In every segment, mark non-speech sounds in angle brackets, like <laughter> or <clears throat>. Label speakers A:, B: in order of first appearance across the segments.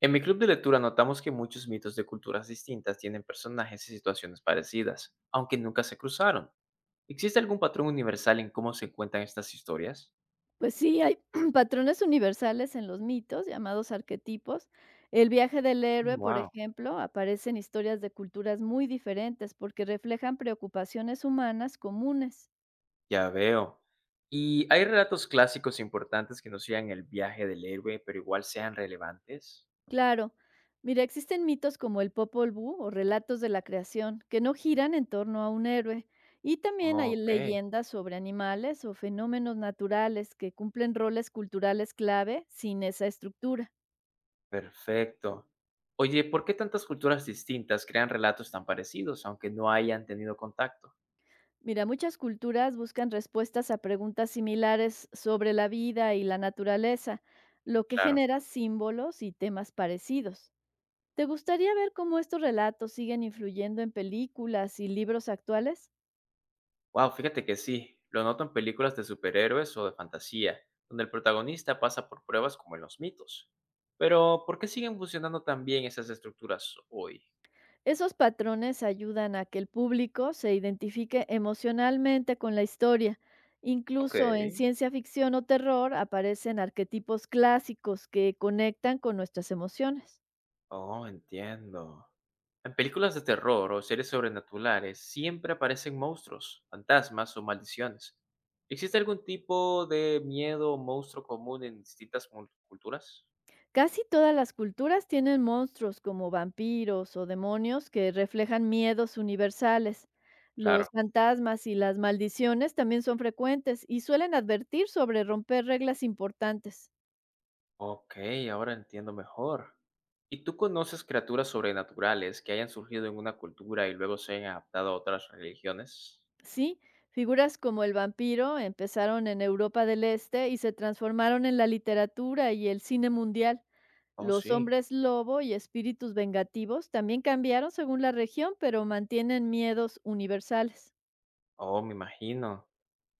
A: En mi club de lectura notamos que muchos mitos de culturas distintas tienen personajes y situaciones parecidas, aunque nunca se cruzaron. ¿Existe algún patrón universal en cómo se cuentan estas historias?
B: Pues sí, hay <clears throat> patrones universales en los mitos, llamados arquetipos. El viaje del héroe, por
A: Wow,
B: ejemplo, aparece en historias de culturas muy diferentes porque reflejan preocupaciones humanas comunes.
A: ya veo. ¿Y hay relatos clásicos importantes que no sigan el viaje del héroe, pero igual sean relevantes?
B: Claro, mira, existen mitos como el Popol Vuh o relatos de la creación que no giran en torno a un héroe. Y también hay
A: Ok,
B: leyendas sobre animales o fenómenos naturales que cumplen roles culturales clave sin esa estructura.
A: perfecto. Oye, ¿por qué tantas culturas distintas crean relatos tan parecidos, aunque no hayan tenido contacto?
B: Mira, muchas culturas buscan respuestas a preguntas similares sobre la vida y la naturaleza, lo que
A: Claro.
B: genera símbolos y temas parecidos. ¿Te gustaría ver cómo estos relatos siguen influyendo en películas y libros actuales?
A: Wow, fíjate que sí, lo noto en películas de superhéroes o de fantasía, donde el protagonista pasa por pruebas como en los mitos. Pero, ¿por qué siguen funcionando tan bien esas estructuras hoy?
B: Esos patrones ayudan a que el público se identifique emocionalmente con la historia.
A: Ok.
B: Incluso en ciencia ficción o terror aparecen arquetipos clásicos que conectan con nuestras emociones.
A: Oh, entiendo. En películas de terror o series sobrenaturales siempre aparecen monstruos, fantasmas o maldiciones. ¿Existe algún tipo de miedo o monstruo común en distintas culturas?
B: Casi todas las culturas tienen monstruos como vampiros o demonios que reflejan miedos universales. Los
A: Claro.
B: fantasmas y las maldiciones también son frecuentes y suelen advertir sobre romper reglas importantes.
A: Ok, ahora entiendo mejor. ¿Y tú conoces criaturas sobrenaturales que hayan surgido en una cultura y luego se hayan adaptado a otras religiones?
B: Sí, figuras como el vampiro empezaron en Europa del Este y se transformaron en la literatura y el cine mundial.
A: Oh,
B: Los
A: sí.
B: hombres lobo y espíritus vengativos también cambiaron según la región, pero mantienen miedos universales.
A: Oh, me imagino.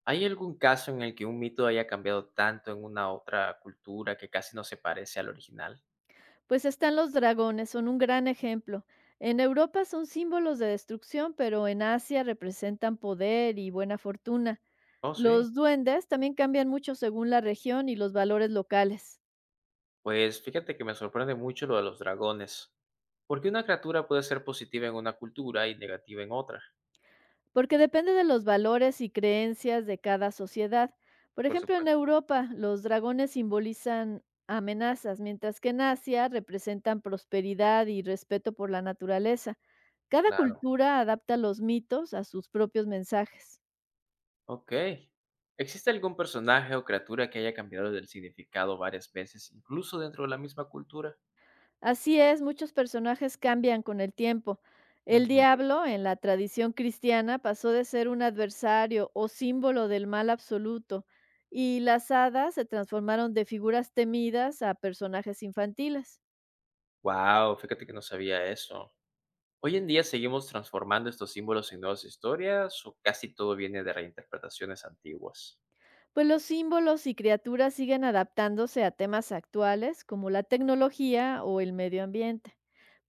A: ¿Hay algún caso en el que un mito haya cambiado tanto en una otra cultura que casi no se parece al original?
B: Pues están los dragones, son un gran ejemplo. En Europa son símbolos de destrucción, pero en Asia representan poder y buena fortuna.
A: Oh, sí.
B: Los duendes también cambian mucho según la región y los valores locales,
A: Pues fíjate que me sorprende mucho lo de los dragones. Porque una criatura puede ser positiva en una cultura y negativa en otra.
B: porque depende de los valores y creencias de cada sociedad. Por
A: Por
B: ejemplo, en
A: supuesto.
B: Europa los dragones simbolizan amenazas, mientras que en Asia representan prosperidad y respeto por la naturaleza. Cada
A: Claro.
B: cultura adapta los mitos a sus propios mensajes.
A: Ok. ¿Existe algún personaje o criatura que haya cambiado del significado varias veces, incluso dentro de la misma cultura?
B: Así es, muchos personajes cambian con el tiempo. El diablo, en la tradición cristiana, pasó de ser un adversario o símbolo del mal absoluto, y las hadas se transformaron de figuras temidas a personajes infantiles.
A: Wow, fíjate que no sabía eso. ¿Hoy en día seguimos transformando estos símbolos en nuevas historias o casi todo viene de reinterpretaciones antiguas?
B: Pues los símbolos y criaturas siguen adaptándose a temas actuales como la tecnología o el medio ambiente.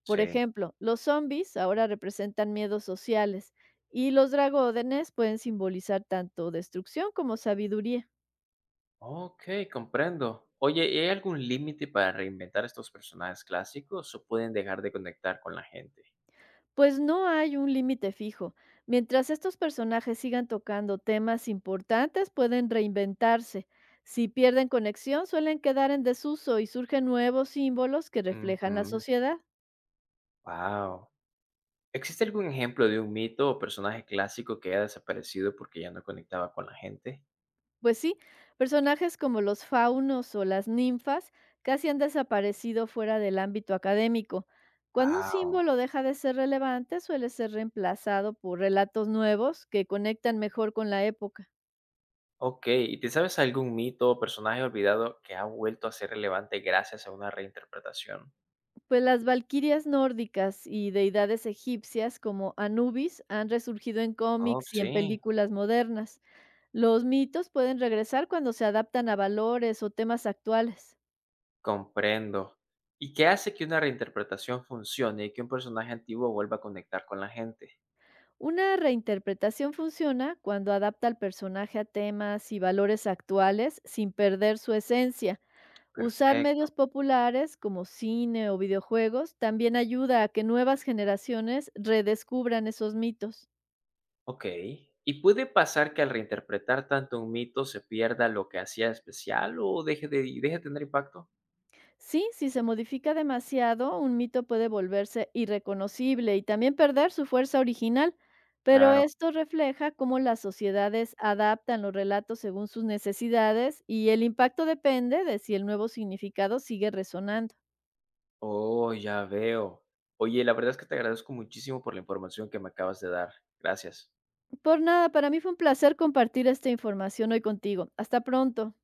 B: Por
A: Sí.
B: ejemplo, los zombies ahora representan miedos sociales y los dragones pueden simbolizar tanto destrucción como sabiduría.
A: Ok, comprendo. Oye, ¿hay algún límite para reinventar estos personajes clásicos o pueden dejar de conectar con la gente?
B: Pues no hay un límite fijo. Mientras estos personajes sigan tocando temas importantes, pueden reinventarse. Si pierden conexión, suelen quedar en desuso y surgen nuevos símbolos que reflejan la sociedad.
A: Wow. ¿Existe algún ejemplo de un mito o personaje clásico que haya desaparecido porque ya no conectaba con la gente?
B: Pues sí, personajes como los faunos o las ninfas casi han desaparecido fuera del ámbito académico. Cuando un
A: Wow.
B: símbolo deja de ser relevante, suele ser reemplazado por relatos nuevos que conectan mejor con la época.
A: Ok, ¿y te sabes algún mito o personaje olvidado que ha vuelto a ser relevante gracias a una reinterpretación?
B: Pues las valquirias nórdicas y deidades egipcias como Anubis han resurgido en
A: Oh,
B: cómics y en
A: sí,
B: películas modernas. Los mitos pueden regresar cuando se adaptan a valores o temas actuales.
A: comprendo. ¿Y qué hace que una reinterpretación funcione y que un personaje antiguo vuelva a conectar con la gente?
B: Una reinterpretación funciona cuando adapta al personaje a temas y valores actuales sin perder su esencia. Usar
A: Perfecto.
B: medios populares como cine o videojuegos también ayuda a que nuevas generaciones redescubran esos mitos.
A: Ok. ¿Y puede pasar que al reinterpretar tanto un mito se pierda lo que hacía especial o y deje de tener impacto?
B: Sí, si se modifica demasiado, un mito puede volverse irreconocible y también perder su fuerza original, pero
A: Claro.
B: esto refleja cómo las sociedades adaptan los relatos según sus necesidades y el impacto depende de si el nuevo significado sigue resonando.
A: Oh, ya veo. Oye, la verdad es que te agradezco muchísimo por la información que me acabas de dar. Gracias.
B: Por nada, para mí fue un placer compartir esta información hoy contigo. Hasta pronto.